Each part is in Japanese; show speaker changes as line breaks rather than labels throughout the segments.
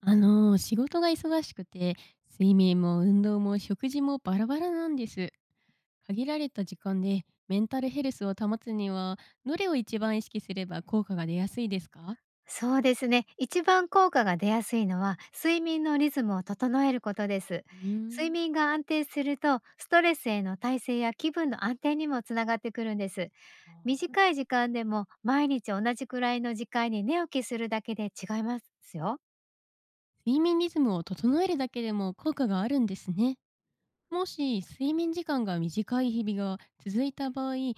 仕事が忙しくて、睡眠も運動も食事もバラバラなんです。限られた時間でメンタルヘルスを保つには、どれを一番意識すれば効果が出やすいですか？
そうですね。一番効果が出やすいのは、睡眠のリズムを整えることです。
うー
睡
ん。
眠が安定すると、ストレスへの耐性や気分の安定にもつながってくるんです。
あー。
短い時間でも、毎日同じくらいの時間に寝起きするだけで違いますよ。
睡眠リズムを整えるだけでも効果があるんですね。もし睡眠時間が短い日々が続いた場合、日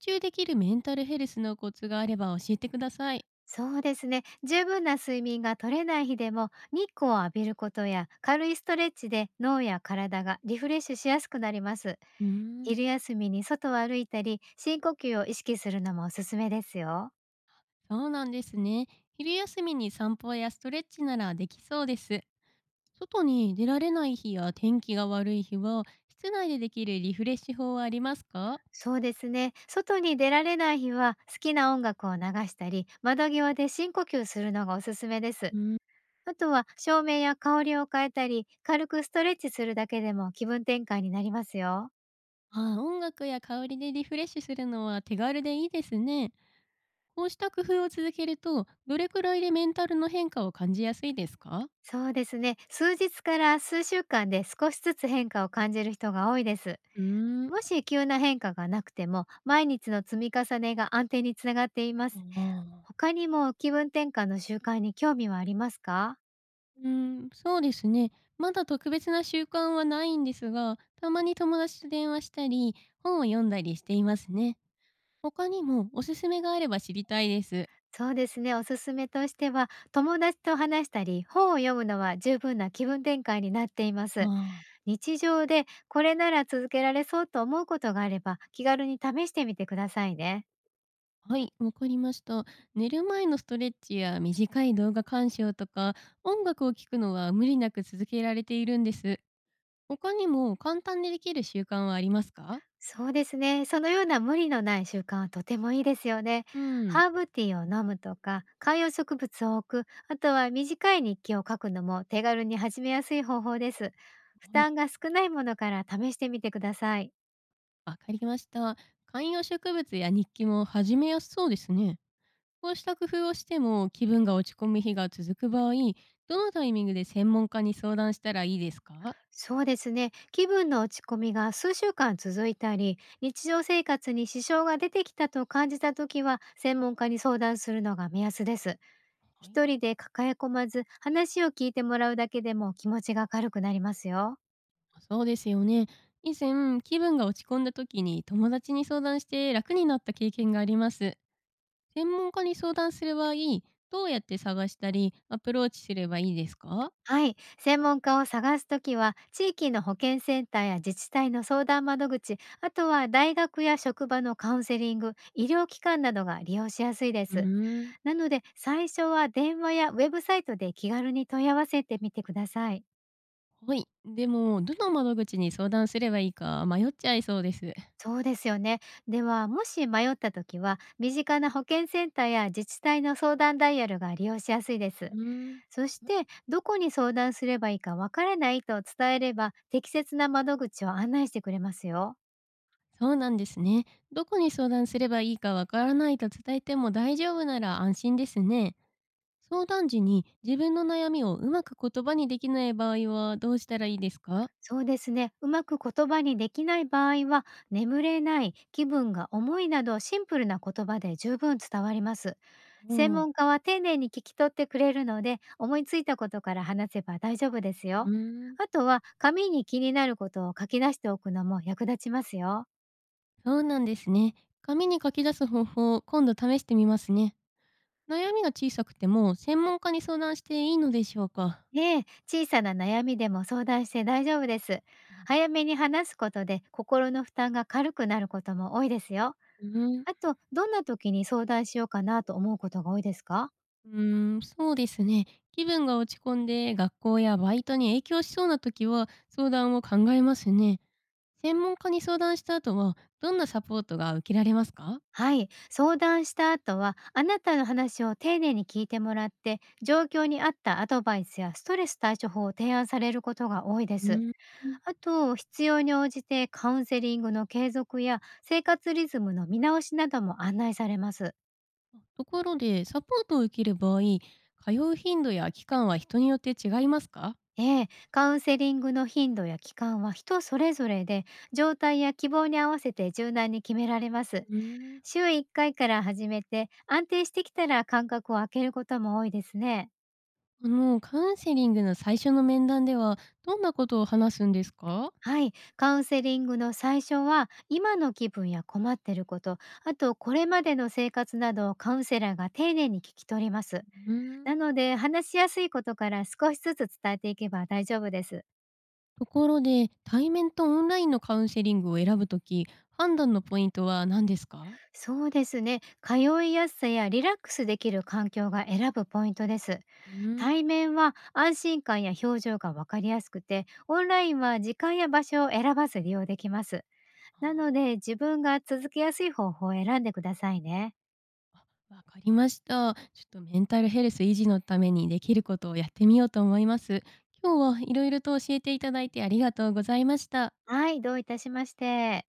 中できるメンタルヘルスのコツがあれば教えてください。
そうですね。十分な睡眠が取れない日でも、日光を浴びることや軽いストレッチで脳や体がリフレッシュしやすくなります。
うーん。
昼休みに外を歩いたり、深呼吸を意識するのもおすすめですよ。
そうなんですね。昼休みに散歩やストレッチならできそうです。外に出られない日や天気が悪い日は、室内でできるリフレッシュ法はありますか？
そうですね。外に出られない日は、好きな音楽を流したり、窓際で深呼吸するのがおすすめです。
うん。
あとは、照明や香りを変えたり、軽くストレッチするだけでも気分転換になりますよ。
ああ、音楽や香りでリフレッシュするのは手軽でいいですね。こうした工夫を続けると、どれくらいでメンタルの変化を感じやすいですか？
そうですね。数日から数週間で少しずつ変化を感じる人が多いです。
うーん。
もし急な変化がなくても、毎日の積み重ねが安定につながっています。
ああ。
他にも気分転換の習慣に興味はありますか？
うん、そうですね。まだ特別な習慣はないんですが、たまに友達と電話したり、本を読んだりしていますね。他にもおすすめがあれば知りたいです。
そうですね。おすすめとしては、友達と話したり、本を読むのは十分な気分転換になっていま
あ
す。
あ。
日常でこれなら続けられそうと思うことがあれば、気軽に試してみてくださいね。
はい、わかりました。寝る前のストレッチや短い動画鑑賞とか、音楽を聴くのは無理なく続けられているんです。他にも簡単にできる習慣はありますか？
そうですね。そのような無理のない習慣はとてもいいですよね。
うん。
ハーブティーを飲むとか、観葉植物を置く、あとは短い日記を書くのも手軽に始めやすい方法です。負
はい、
担が少ないものから試してみてください。
わかりました。観葉植物や日記も始めやすそうですね。こうした工夫をしても気分が落ち込む日が続く場合、どのタイミングで専門家に相談したらいいですか？
そうですね。気分の落ち込みが数週間続いたり、日常生活に支障が出てきたと感じた時は、専門家に相談するのが目安です。
はい。
一人で抱え込まず、話を聞いてもらうだけでも気持ちが軽くなりますよ。
そうですよね。以前、気分が落ち込んだ時に友達に相談して楽になった経験があります。専門家に相談する場合、どうやって探したりアプローチすればいいですか？
はい、専門家を探すときは、地域の保健センターや自治体の相談窓口、あとは大学や職場のカウンセリング、医療機関などが利用しやすいで
うー
す。
ん。
なので、最初は電話やウェブサイトで気軽に問い合わせてみてください。
はい。でも、どの窓口に相談すればいいか迷っちゃいそうです。
そうですよね。では、もし迷った時は、身近な保健センターや自治体の相談ダイヤルが利用しやすいで
う
す。
ーん。
そして、どこに相談すればいいかわからないと伝えれば、適切な窓口を案内してくれますよ。
そうなんですね。どこに相談すればいいかわからないと伝えても大丈夫なら安心ですね。相談時に自分の悩みをうまく言葉にできない場合はどうしたらいいですか？
そうですね。うまく言葉にできない場合は、眠れない、気分が重いなどシンプルな言葉で十分伝わります。
う
専
ん。
門家は丁寧に聞き取ってくれるので、思いついたことから話せば大丈夫です
う
よ。
ーん。
あとは、紙に気になることを書き出しておくのも役立ちますよ。
そうなんですね。紙に書き出す方法、今度試してみますね。悩みが小さくても、専門家に相談していいのでしょうか。
ええ、小さな悩みでも相談して大丈夫です。早めに話すことで心の負担が軽くなることも多いですよ。
うーん。
あと、どんな時に相談しようかなと思うことが多いですか？
うーん、そうですね。気分が落ち込んで、学校やバイトに影響しそうな時は、相談を考えますね。専門家に相談した後は、どんなサポートが受けられますか？
はい、相談した後はあなたの話を丁寧に聞いてもらって状況に合ったアドバイスやストレス対処法を提案されることが多い
う
です。
ーん。
あと必要に応じてカウンセリングの継続や生活リズムの見直しなども案内されます。
ところで、サポートを受ける場合、通う頻度や期間は人によって違いますか？
ええ、カウンセリングの頻度や期間は人それぞれで状態や希望に合わせて柔軟に決められます。
うーん。
週1回から始めて安定してきたら間隔を空けることも多いですね。
カウンセリングの最初の面談では、どんなことを話すんですか？
はい、カウンセリングの最初は今の気分や困ってること、あとこれまでの生活などをカウンセラーが丁寧に聞き取ります。
うん。
なので話しやすいことから少しずつ伝えていけば大丈夫です。
ところで、対面とオンラインのカウンセリングを選ぶとき、判断のポイントは何ですか？
そうですね、通いやすさやリラックスできる環境が選ぶポイントです。
うん。
対面は安心感や表情が分かりやすくて、オンラインは時間や場所を選ばず利用できます。なの
あ
で自分が続けやすい方法を選んでくださいね。
わかりました。ちょっとメンタルヘルス維持のためにできることをやってみようと思います。今日はいろいろと教えていただいてありがとうございました。
はい、どういたしまして。